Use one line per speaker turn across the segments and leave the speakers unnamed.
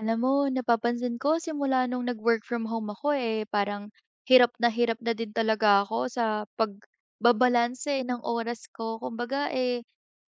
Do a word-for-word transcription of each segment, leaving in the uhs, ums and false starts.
Alam mo, napapansin ko simula nung nag-work from home ako, eh, parang hirap na hirap na din talaga ako sa pagbabalanse ng oras ko. Kumbaga, eh,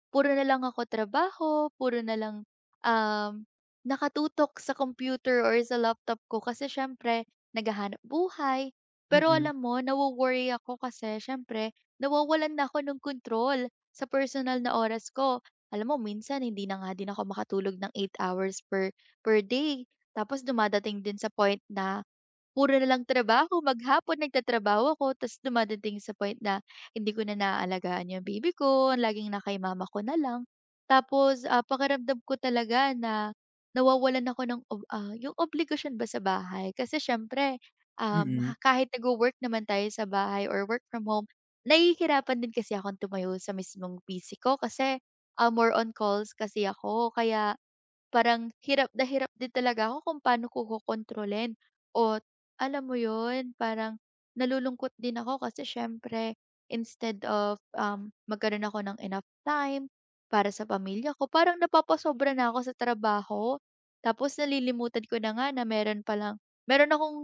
puro na lang ako trabaho, puro na lang, um, nakatutok sa computer or sa laptop ko kasi siyempre naghahanap buhay. Pero
Mm,
alam mo, nawo-worry ako kasi siyempre nawawalan na ako ng kontrol sa personal na oras ko. Alam mo, minsan hindi na nga din ako makatulog ng eight hours per per day. Tapos dumadating din sa point na puro na lang trabaho, maghapon nagtatrabaho ako ta's dumadating sa point na hindi ko na naaalagaan 'yung baby ko, laging na kay mama ko na lang. Tapos, ah, pakiramdam ko talaga na nawawalan ako ng ob ah, 'yung obligasyon ba sa bahay kasi siyempre, um,
mm,
ha kahit nagwo-work naman tayo sa bahay or work from home, nahihirapan din kasi akong tumayo sa mismong P C ko kasi, ah, more on calls kasi ako kaya parang hirap na hirap din talaga ako kung paano ko kokontrolin o alam mo 'yun, parang nalulungkot din ako kasi siyempre instead of, um, magkaroon ako ng enough time para sa pamilya ko, parang napapasobra na ako sa trabaho. Tapos nalilimutan ko na nga na meron palang meron akong,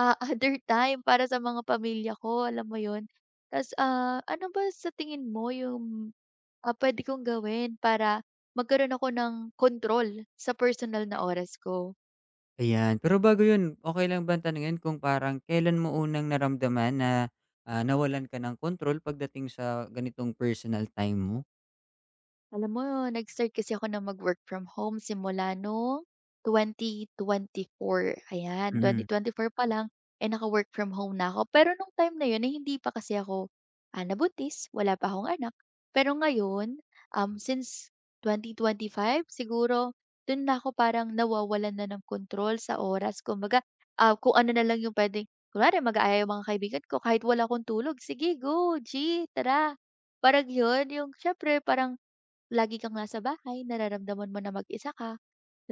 ah, other time para sa mga pamilya ko, alam mo 'yun? Ta's, ah, ano ba sa tingin mo yung Ah, puwede kong gawin para magkaroon ako ng kontrol sa personal na oras ko.
ayan. Pero bago 'yun, okey lang bang tanungin kung parang kailan mo unang naramdaman na, ah, nawalan ka ng kontrol pagdating sa ganitong personal time mo?
Alam mo, nag-start kasi ako na mag-work from home simula nung twenty twenty-four, ayan,
Mm,
twenty twenty-four pa lang, eh, naka-work from home na ako. Pero nung time na yun, eh, hindi pa kasi ako, ah, nabuntis, wala pa akong anak. Pero ngayon, um, since twenty twenty-five siguro, dun na ako parang nawawalan na ng control sa oras. Kumbaga, ah, kung ano na lang yung puwedeng kunwari mag-aaya yung mga kaibigan ko kahit wala akong tulog, "Sige, go, G, tara." Parang yun, yung siyempre parang lagi kang nasa bahay, nararamdaman mo na mag-isa ka,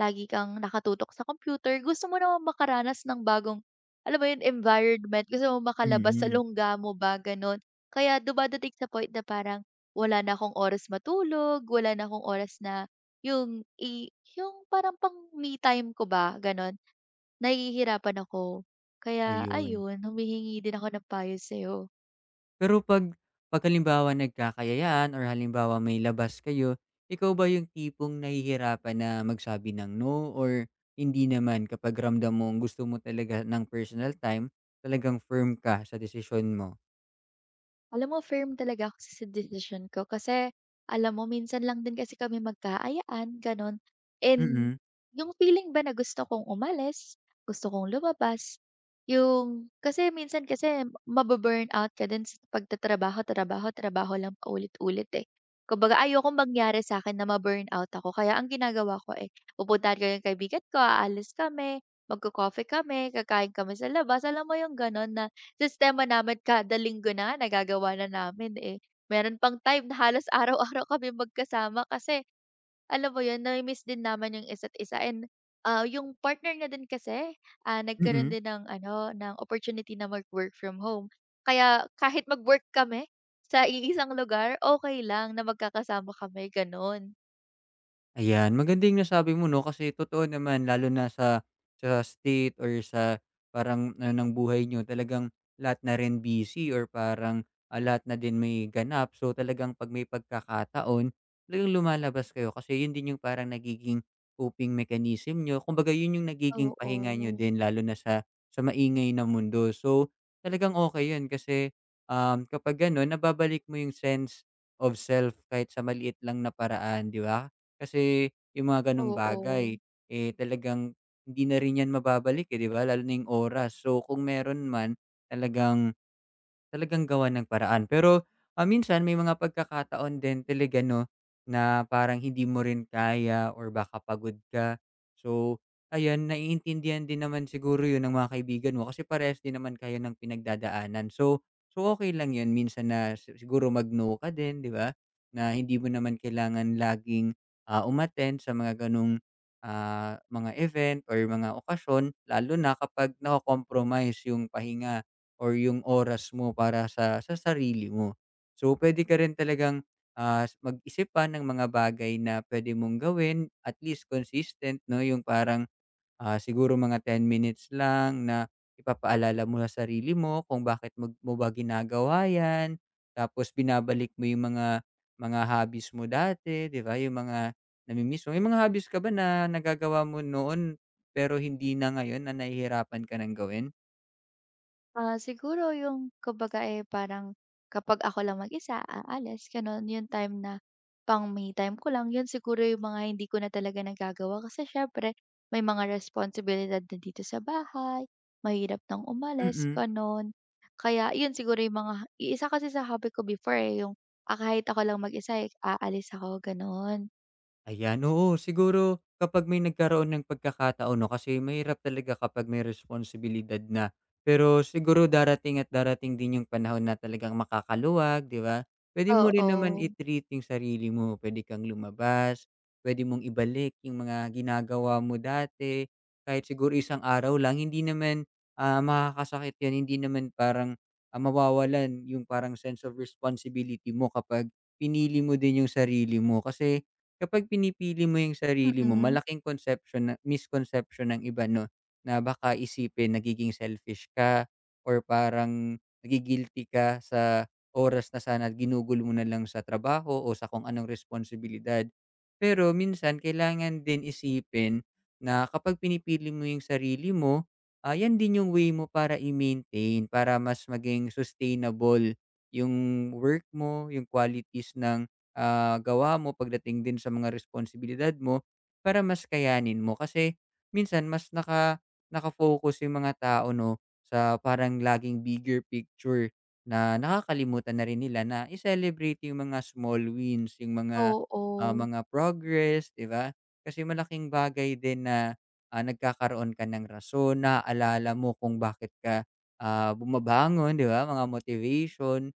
lagi kang nakatutok sa computer, gusto mo namang makaranas ng bagong, alam mo yun, environment, gusto mo makalabas sa
mm,
lungga mo ba, gano'n. Kaya dumadating sa point na parang wala na akong oras matulog, wala na akong oras na yung i yung parang pang me time ko ba, gano'n. Nahihirapan ako. Kaya
ayun.
ayun, humihingi din ako ng payo sa'yo.
Pero 'pag 'pag halimbawa nagkakayayaan or halimbawa may labas kayo, ikaw ba yung tipong nahihirapan na magsabi ng no or hindi naman kapag ramdam mong gusto mo talaga ng personal time, talagang firm ka sa desisyon mo?
Alam mo, firm talaga ako sa decision ko kasi alam mo, minsan lang din kasi kami magkaayaan gano'n. And
Mm,
yung feeling ba na gusto kong umalis, gusto kong lumabas, yung kasi minsan kasi mababurn out ka din sa pagtatrabaho, trabaho, trabaho lang paulit-ulit, eh. Kumbaga ayokong mangyari sa akin na maburn out ako kaya ang ginagawa ko, eh, pupuntahan ko yung kaibigan ko, aalis kami, magco-coffee kami, kakain kami sa labas, alam mo yung gano'n na sistema namin kada linggo na nagagawa na namin, eh. Meron pang time na halos araw-araw kami magkasama kasi alam mo yun, nami-miss din naman yung isa't isa and, ah, yung partner niya din kasi, ah, nagkaroon
mm.
din ng ano, ng opportunity na mag-work from home. Kaya kahit mag-work kami sa iisang lugar, okay lang na magkakasama kami, gano'n.
Ayan, maganda yung nasabi mo 'no, kasi totoo naman lalo na sa sa state or sa parang ano ng buhay niyo talagang lahat na rin busy or parang, ah, lahat na din may ganap. So, talagang 'pag may pagkakataon, talagang lumalabas kayo kasi yun din yung parang nagiging coping mechanism niyo. Kumbaga yun yung nagiging pahinga niyo
Oo,
din lalo na sa sa maingay na mundo. So, talagang okay yun kasi, um, kapag gano'n nababalik mo yung sense of self kahit sa maliit lang na paraan, 'di ba? Kasi yung mga gano'ng
oo.
bagay, eh, talagang hindi na rin 'yan mababalik, eh, 'di ba, lalo na yung oras. So, kung meron man talagang Talagang gawa ng paraan. Pero, ah, minsan may mga pagkakataon din talaga 'no, na parang hindi mo rin kaya or baka pagod ka. So, ayan, naiintindihan din naman siguro 'yun ng mga kaibigan mo kasi parehas din naman kayo ng pinagdadaanan. So so, okay lang 'yun minsan na si siguro mag-no ka din, 'di ba? Na hindi mo naman kailangan laging, ah, umattend sa mga gano'ng, ah, mga event or mga okasyon lalo na kapag nako-compromise 'yung pahinga or yung oras mo para sa sa sarili mo. So, pwede ka rin talagang, ah, mag-isip pa ng mga bagay na pwede mong gawin at least consistent 'no, yung parang, ah, siguro mga ten minutes lang na ipapaalala mo sa sarili mo kung bakit mag mo ba ginagawa 'yan, tapos binabalik mo yung mga mga hobbies mo dati, 'di ba, yung mga nami mo. May mga hobbies ka ba na nagagawa mo noon pero hindi na ngayon na nahihirapan ka ng gawin?
Ah, siguro yung kumbaga, eh, parang kapag ako lang mag-isa, aalis gano'n. Yung time na pang me time ko lang, yun siguro yung mga hindi ko na talaga nagagawa kasi siyempre may mga responsibilidad na dito sa bahay, mahirap nang umalis,
Mm.
gano'n. Kaya yun siguro yung mga isa kasi sa hobby ko before, eh, yung, ah, kahit ako lang mag-isa, eh, aalis ako gano'n.
Ayan, oo. Siguro kapag may nagkaroon ng pagkakataon 'no, kasi mahirap talaga kapag may responsibilidad na. Pero siguro darating at darating din yung panahon na talagang makakaluwag, 'di ba? Puwede mo rin naman
Oo,
i-treat yung sarili mo. Puwede kang lumabas, puwede mong ibalik yung mga ginagawa mo dati, kahit siguro isang araw lang. Hindi naman, ah, makakasakit yun, hindi naman parang, ah, mawawalan yung parang sense of responsibility mo kapag pinili mo din yung sarili mo. Kasi Kapag pinipili mo yung sarili mo
mm.
malaking conception na misconception ng iba 'no, na baka isipin nagiging selfish ka or parang nagi-guilty ka sa oras na sana ginugol mo na lang sa trabaho o sa kung anong responsibilidad. Pero minsan kailangan din isipin na kapag pinipili mo yung sarili mo, ah, yan din yung way mo para i-maintain, para mas maging sustainable yung work mo, yung qualities ng ah, gawa mo, pagdating din sa mga responsibilidad mo, para mas kayanin mo. Kasi minsan mas naka naka-focus yung mga tao 'no, sa parang laging bigger picture na nakakalimutan na rin nila na i-celebrate yung mga small wins, yung mga,
Oo,
ah,
oo.
mga progress, 'di ba? Kasi malaking bagay din na, ah, nagkakaroon ka ng rason, naaalala mo kung bakit ka, ah, bumabangon, 'di ba, mga motivation.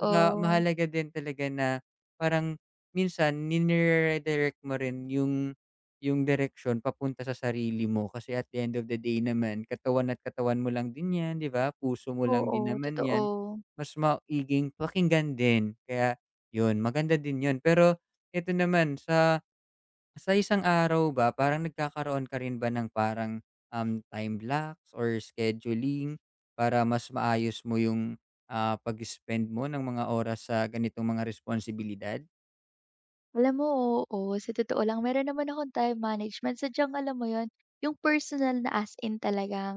Tsaka mahalaga din talaga na Parang minsan nire-redirect mo rin yung yung direksyon papunta sa sarili mo kasi at the end of the day naman katawan at katawan mo lang din 'yan, 'di ba? Puso mo lang
Oo,
din naman 'yan.
totoo.
Mas maiging pakinggan din kaya 'yun, maganda din 'yun. Pero ito naman sa sa isang araw ba parang nagkakaroon ka rin ba ng parang, um, time blocks or scheduling para mas maayos mo yung, ah, pag-spend mo ng mga oras sa ganitong mga responsibilidad?
Alam mo, oo. Sa totoo lang meron naman akong time management sadyang alam mo yon, yung personal na as in talagang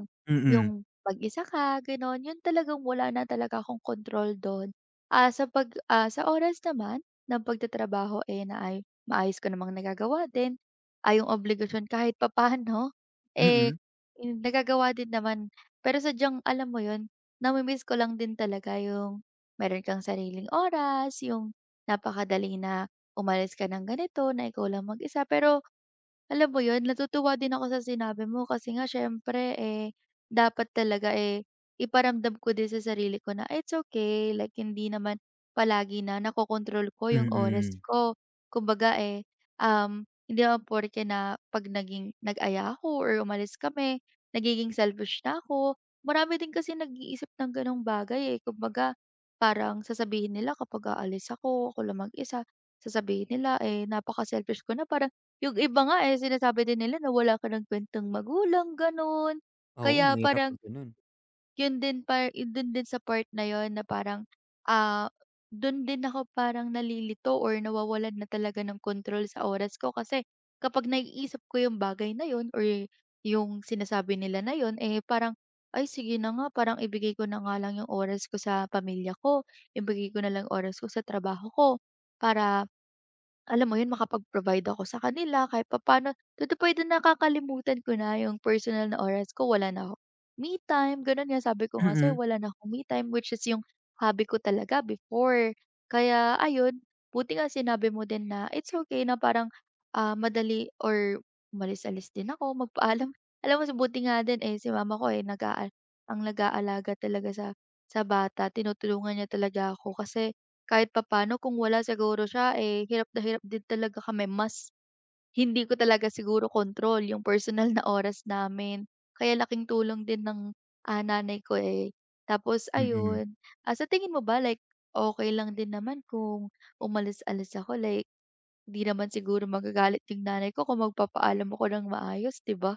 yung
Mm,
mag-isa ka gano'n, yun talagang wala na talaga akong control dun. Ah, sa pag ah, sa oras naman ng pagtatrabaho, eh, na ay maayos ko namang nagagawa din. Ah, yung obligasyon kahit papaano, eh,
mm,
yun, nagagawa din naman. Pero sadyang alam mo yun, nami ko lang din talaga yung meron kang sariling oras, yung napakadali na umalis ka ng ganito, na ikaw lang mag-isa. Pero alam mo yun, natutuwa din ako sa sinabi mo kasi nga siyempre, eh, dapat talaga, eh, iparamdam ko din sa sarili ko na it's okay, like hindi naman palagi na nakokontrol ko yung oras
mm.
ko. Kumbaga, eh, um, hindi naman porke na pag naging nag-aya ako or umalis kami, nagiging selfish na ako. Marami din kasi nag-iisip ng ganong bagay, eh. Kumbaga, parang sasabihin nila kapag aalis ako, ako lang mag-isa, sasabihin nila, eh, napaka-selfish ko na parang yung iba nga, eh, sinasabi din nila na wala ka ng kwentang magulang, gano'n.
Oo,
Kaya
mahirap
parang
'pag gano'n.
yun din par yun din din sa part na yun na parang, ah, dun din ako parang nalilito or nawawalan na talaga ng kontrol sa oras ko kasi kapag naiisip ko yung bagay na yun or yung sinasabi nila na yun, eh, parang, "Ay sige na nga, parang ibigay ko na nga lang yung oras ko sa pamilya ko, ibigay ko na lang oras ko sa trabaho ko para alam mo yun, makapag-provide ako sa kanila kahit papaano. To the Nakakalimutan ko na yung personal na oras ko, wala na akong me time, gano'n nga. Sabi ko nga sa'yo,
Mm,
wala na akong me time, which is yung hobby ko talaga before. Kaya ayun, buti nga sinabi mo din na it's okay na parang, ah, madali or malis alis din ako, magpaalam. Alam mo, sa buti nga din, eh, si mama ko, eh, nag ang nag-aalaga talaga sa sa bata, tinutulungan niya talaga ako kasi kahit papano kung wala siguro siya, eh, hirap na hirap din talaga kami mas hindi ko talaga siguro kontrol yung personal na oras namin. Kaya laking tulong din ng, ah, nanay ko, eh. Tapos
mm.
ayun, ah, sa tingin mo ba like okey lang din naman kung umalis-alis ako like 'di naman siguro magagalit yung nanay ko kung magpapaalam ako ng maayos, 'di ba?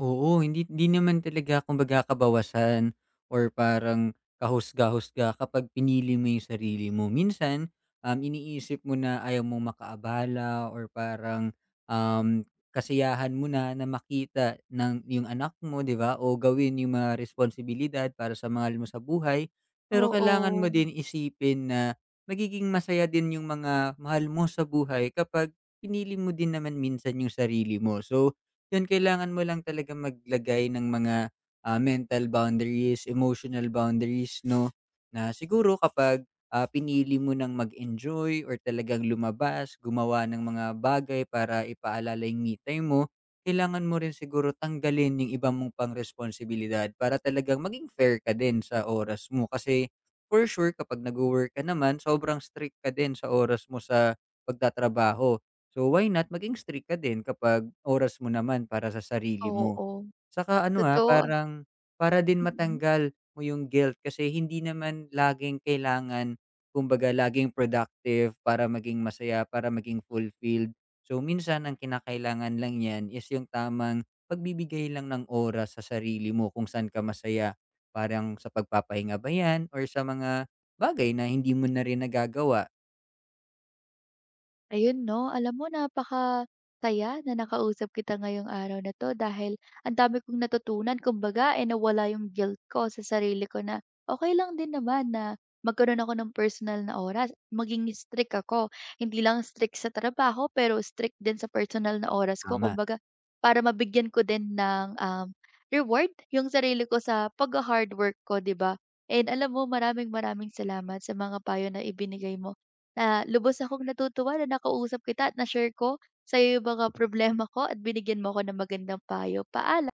Oo, hindi hindi naman talaga kumbaga kabawasan or parang kahusga-husga kapag pinili mo 'yung sarili mo. Minsan, um, iniisip mo na ayaw mong makaabala or parang, um, kasiyahan mo na na makita ng 'yung anak mo, 'di ba, o gawin 'yung mga responsibilidad para sa mahal mo sa buhay. Pero kailangan
Oo,
mo din isipin na magiging masaya din 'yung mga mahal mo sa buhay kapag pinili mo din naman minsan 'yung sarili mo. So, 'Yun kailangan mo lang talaga maglagay ng mga, ah, mental boundaries, emotional boundaries 'no, na siguro kapag, ah, pinili mo ng mag-enjoy or talagang lumabas, gumawa ng mga bagay para ipaalala yung me time mo, kailangan mo rin siguro tanggalin yung iba mong pang-responsibilidad para talagang maging fair ka din sa oras mo. Kasi for sure kapag nagwo-work ka naman sobrang strict ka din sa oras mo sa pagtatrabaho. So, why not maging strict ka din kapag oras mo naman para sa sarili mo.
oo,
Saka ano, ah,
totoo,
parang para din
mm.
matanggal mo yung guilt kasi hindi naman laging kailangan kumbaga laging productive para maging masaya, para maging fulfilled. So, minsan ang kinakailangan lang yan is yung tamang pagbibigay lang ng oras sa sarili mo kung saan ka masaya. Parang sa pagpapahinga ba yan or sa mga bagay na hindi mo na rin nagagawa.
Ayun 'no, alam mo, napakasaya na nakausap kita ngayong araw na 'to dahil ang dami kong natutunan kumbaga, eh, nawala yung guilt ko sa sarili ko na okay lang din naman na magkaroon ako ng personal na oras, maging strict ako. Hindi lang strict sa trabaho pero strict din sa personal na oras ko
Tama.
kumbaga para mabigyan ko din ng, um, reward yung sarili ko sa pagha-hard work ko, 'di ba? And alam mo, maraming maraming salamat sa mga payo na ibinigay mo. Na lubos akong natutuwa na nakausap kita at na-share ko sa'yo yung mga problema ko at binigyan mo ako ng magandang payo. Paalam.